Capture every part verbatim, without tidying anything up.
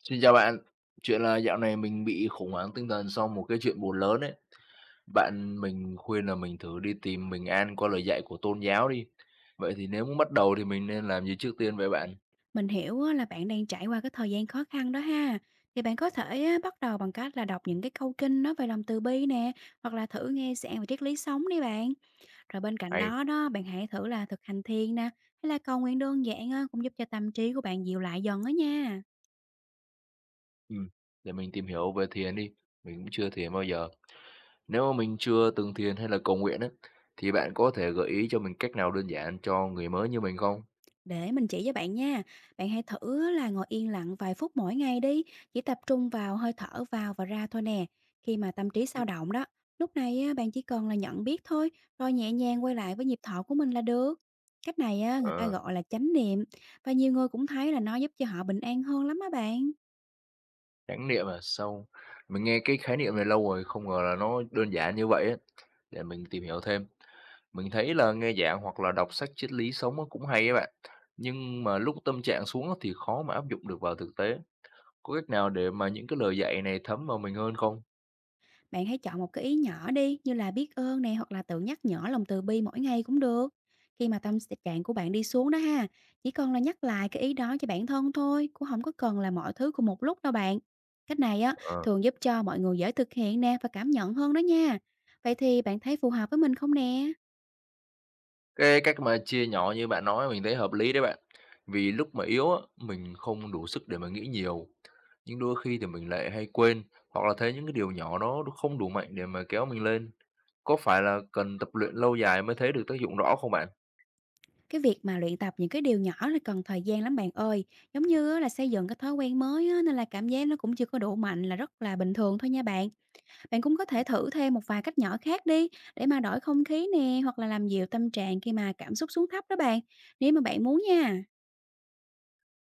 Xin chào bạn. Chuyện là dạo này mình bị khủng hoảng tinh thần sau một cái chuyện buồn lớn ấy. Bạn mình khuyên là mình thử đi tìm bình an qua lời dạy của tôn giáo đi. Vậy thì nếu muốn bắt đầu thì mình nên làm gì trước tiên vậy bạn? Mình hiểu á, là bạn đang trải qua cái thời gian khó khăn đó ha. Thì bạn có thể á, bắt đầu bằng cách là đọc những cái câu kinh nói về lòng từ bi nè, hoặc là thử nghe giảng về triết lý sống đi bạn. Rồi bên cạnh Hay, đó đó, bạn hãy thử là thực hành thiền nè, hay là cầu nguyện đơn giản á, cũng giúp cho tâm trí của bạn dịu lại dần đó nha. ừm, để mình tìm hiểu về thiền đi. Mình cũng chưa thiền bao giờ. Nếu mà mình chưa từng thiền hay là cầu nguyện á, thì bạn có thể gợi ý cho mình cách nào đơn giản cho người mới như mình không? Để mình chỉ cho bạn nha. Bạn hãy thử là ngồi yên lặng vài phút mỗi ngày đi, chỉ tập trung vào hơi thở vào và ra thôi nè. Khi mà tâm trí sao động đó, lúc này á, bạn chỉ cần là nhận biết thôi, rồi nhẹ nhàng quay lại với nhịp thở của mình là được. Cách này á, người ta Ờ, gọi là chánh niệm, và nhiều người cũng thấy là nó giúp cho họ bình an hơn lắm á bạn. chánh niệm à. sau Mình nghe cái khái niệm này lâu rồi, không ngờ là nó đơn giản như vậy á. Để mình tìm hiểu thêm. Mình thấy là nghe giảng hoặc là đọc sách triết lý sống á cũng hay á bạn. Nhưng mà lúc tâm trạng xuống á thì khó mà áp dụng được vào thực tế. Có cách nào để mà những cái lời dạy này thấm vào mình hơn không? Bạn hãy chọn một cái ý nhỏ đi, như là biết ơn nè, hoặc là tự nhắc nhở lòng từ bi mỗi ngày cũng được. Khi mà tâm trạng của bạn đi xuống đó ha, chỉ cần là nhắc lại cái ý đó cho bản thân thôi, cũng không có cần là mọi thứ cùng một lúc đâu bạn. Cách này á Ờ. thường giúp cho mọi người dễ thực hiện nè và cảm nhận hơn đó nha. Vậy thì bạn thấy phù hợp với mình không nè? Cái cách mà chia nhỏ như bạn nói mình thấy hợp lý đấy bạn. Vì lúc mà yếu á, mình không đủ sức để mà nghĩ nhiều. Nhưng đôi khi thì mình lại hay quên hoặc là thấy những cái điều nhỏ đó nó không đủ mạnh để mà kéo mình lên. Có phải là cần tập luyện lâu dài mới thấy được tác dụng rõ không bạn? Cái việc mà luyện tập những cái điều nhỏ là cần thời gian lắm bạn ơi. Giống như á, là xây dựng cái thói quen mới á, nên là cảm giác nó cũng chưa có đủ mạnh là rất là bình thường thôi nha bạn. Bạn cũng có thể thử thêm một vài cách nhỏ khác đi, để mà đổi không khí nè, hoặc là làm dịu tâm trạng khi mà cảm xúc xuống thấp đó bạn. Nếu mà bạn muốn nha.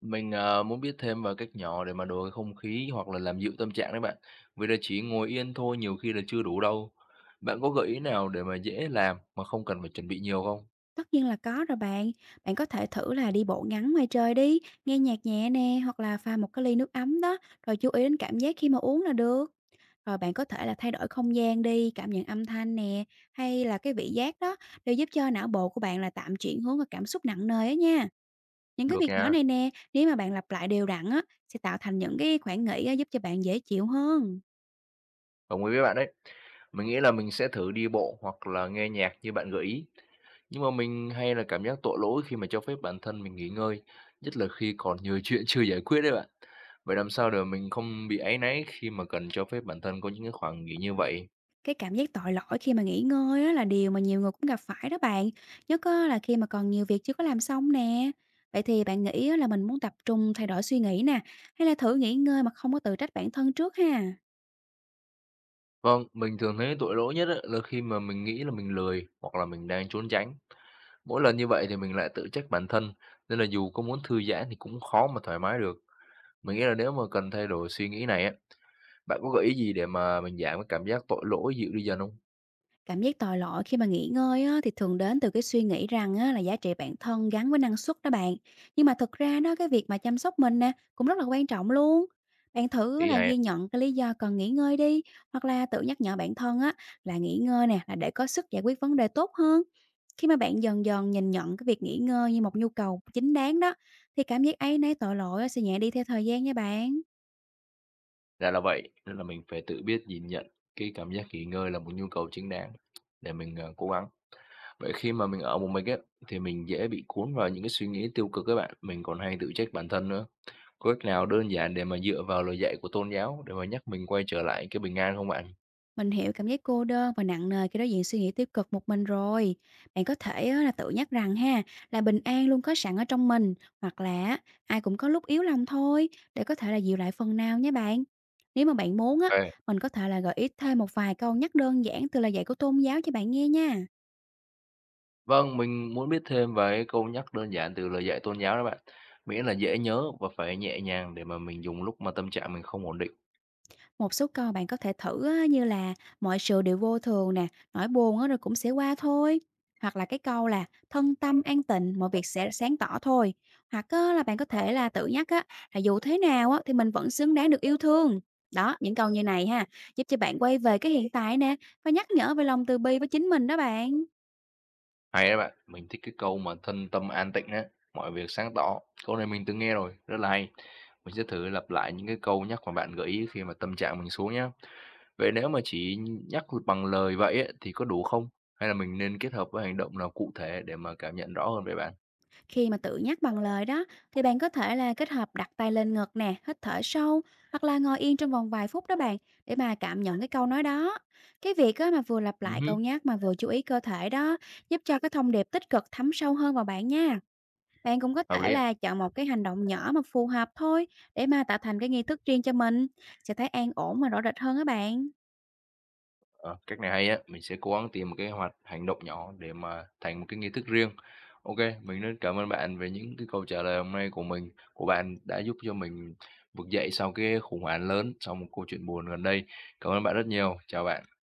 Mình, ờ, muốn biết thêm vào cách nhỏ để mà đổi cái không khí hoặc là làm dịu tâm trạng đấy bạn, vì là chỉ ngồi yên thôi nhiều khi là chưa đủ đâu. Bạn có gợi ý nào để mà dễ làm mà không cần phải chuẩn bị nhiều không? Tất nhiên là có rồi bạn. Bạn có thể thử là đi bộ ngắn ngoài trời đi, nghe nhạc nhẹ nè, hoặc là pha một cái ly nước ấm đó, rồi chú ý đến cảm giác khi mà uống là được. Rồi bạn có thể là thay đổi không gian đi, cảm nhận âm thanh nè, hay là cái vị giác đó, đều giúp cho não bộ của bạn là tạm chuyển hướng và cảm xúc nặng nề á nha. Những cái Được việc nhỏ nha, này nè, nếu mà bạn lặp lại đều đặn á, sẽ tạo thành những cái khoảng nghỉ á, giúp cho bạn dễ chịu hơn. đồng ý với bạn đấy. Mình nghĩ là mình sẽ thử đi bộ hoặc là nghe nhạc như bạn gợi ý. Nhưng mà mình hay là cảm giác tội lỗi khi mà cho phép bản thân mình nghỉ ngơi, nhất là khi còn nhiều chuyện chưa giải quyết đấy bạn. Vậy làm sao để mình không bị áy náy khi mà cần cho phép bản thân có những cái khoảng nghỉ như vậy? Cái cảm giác tội lỗi khi mà nghỉ ngơi á, là điều mà nhiều người cũng gặp phải đó bạn. Nhất á, là khi mà còn nhiều việc chưa có làm xong nè. Vậy thì bạn nghĩ á, là mình muốn tập trung thay đổi suy nghĩ nè, hay là thử nghỉ ngơi mà không có tự trách bản thân trước ha? Vâng, mình thường thấy tội lỗi nhất á là khi mà mình nghĩ là mình lười hoặc là mình đang trốn tránh. Mỗi lần như vậy thì mình lại tự trách bản thân, nên là dù có muốn thư giãn thì cũng khó mà thoải mái được. Mình nghĩ là nếu mà cần thay đổi suy nghĩ này á, bạn có gợi ý gì để mà mình giảm cái cảm giác tội lỗi dịu đi dần không? Cảm giác tội lỗi khi mà nghỉ ngơi á, thì thường đến từ cái suy nghĩ rằng á, là giá trị bản thân gắn với năng suất đó bạn. Nhưng mà thực ra đó, cái việc mà chăm sóc mình nè cũng rất là quan trọng luôn. Bạn thử Ý là này ghi nhận cái lý do cần nghỉ ngơi đi, hoặc là tự nhắc nhở bản thân á, là nghỉ ngơi nè là để có sức giải quyết vấn đề tốt hơn. Khi mà bạn dần dần nhìn nhận cái việc nghỉ ngơi như một nhu cầu chính đáng đó, thì cảm giác ấy nấy tội lỗi á, sẽ nhẹ đi theo thời gian nha bạn. ra là vậy, nên là mình phải tự biết nhìn nhận cái cảm giác nghỉ ngơi là một nhu cầu chính đáng để mình ờ, cố gắng. Vậy khi mà mình ở một mình á thì mình dễ bị cuốn vào những cái suy nghĩ tiêu cực các bạn, mình còn hay tự trách bản thân nữa. Có cách nào đơn giản để mà dựa vào lời dạy của tôn giáo để mà nhắc mình quay trở lại cái bình an không bạn? Mình hiểu cảm giác cô đơn và nặng nề khi đối diện suy nghĩ tiêu cực một mình rồi. Bạn có thể á, là tự nhắc rằng ha, là bình an luôn có sẵn ở trong mình, hoặc là á, ai cũng có lúc yếu lòng thôi, để có thể là dịu lại phần nào nhé bạn. Nếu mà bạn muốn á, À, mình có thể là gợi ý thêm một vài câu nhắc đơn giản từ lời dạy của tôn giáo cho bạn nghe nha. vâng, mình muốn biết thêm về cái câu nhắc đơn giản từ lời dạy tôn giáo đó bạn. Miễn là dễ nhớ và phải nhẹ nhàng để mà mình dùng lúc mà tâm trạng mình không ổn định. Một số câu bạn có thể thử á, như là mọi sự đều vô thường nè, nỗi buồn á, rồi cũng sẽ qua thôi. Hoặc là cái câu là thân tâm an tịnh, mọi việc sẽ sáng tỏ thôi. Hoặc á, là bạn có thể là tự nhắc á, là dù thế nào á, thì mình vẫn xứng đáng được yêu thương. Đó, những câu như này ha, giúp cho bạn quay về cái hiện tại nè, và nhắc nhở về lòng từ bi với chính mình đó bạn. Hay đó bạn, mình thích cái câu mà thân tâm an tịnh á, mọi việc sáng tỏ. Câu này mình từng nghe rồi, rất là hay. Mình sẽ thử lặp lại những cái câu nhắc mà bạn gợi ý khi mà tâm trạng mình xuống nhé. Vậy nếu mà chỉ nhắc bằng lời vậy ấy, thì có đủ không? Hay là mình nên kết hợp với hành động nào cụ thể để mà cảm nhận rõ hơn về bạn? Khi mà tự nhắc bằng lời đó, thì bạn có thể là kết hợp đặt tay lên ngực nè, hít thở sâu, hoặc là ngồi yên trong vòng vài phút đó bạn, để mà cảm nhận cái câu nói đó. Cái việc á, mà vừa lặp Ừ. lại câu nhắc mà vừa chú ý cơ thể đó, giúp cho cái thông điệp tích cực thấm sâu hơn vào bạn nha. Bạn cũng có Hợp thể lý ạ. là chọn một cái hành động nhỏ mà phù hợp thôi, để mà tạo thành cái nghi thức riêng cho mình. Sẽ thấy an ổn và rõ rệt hơn á bạn. Ờ, cách này hay á, mình sẽ cố gắng tìm một cái hoạt hành động nhỏ để mà thành một cái nghi thức riêng. OK, mình rất cảm ơn bạn về những cái câu trả lời hôm nay của mình của bạn đã giúp cho mình vực dậy sau cái khủng hoảng lớn, sau một câu chuyện buồn gần đây. Cảm ơn bạn rất nhiều. Chào bạn.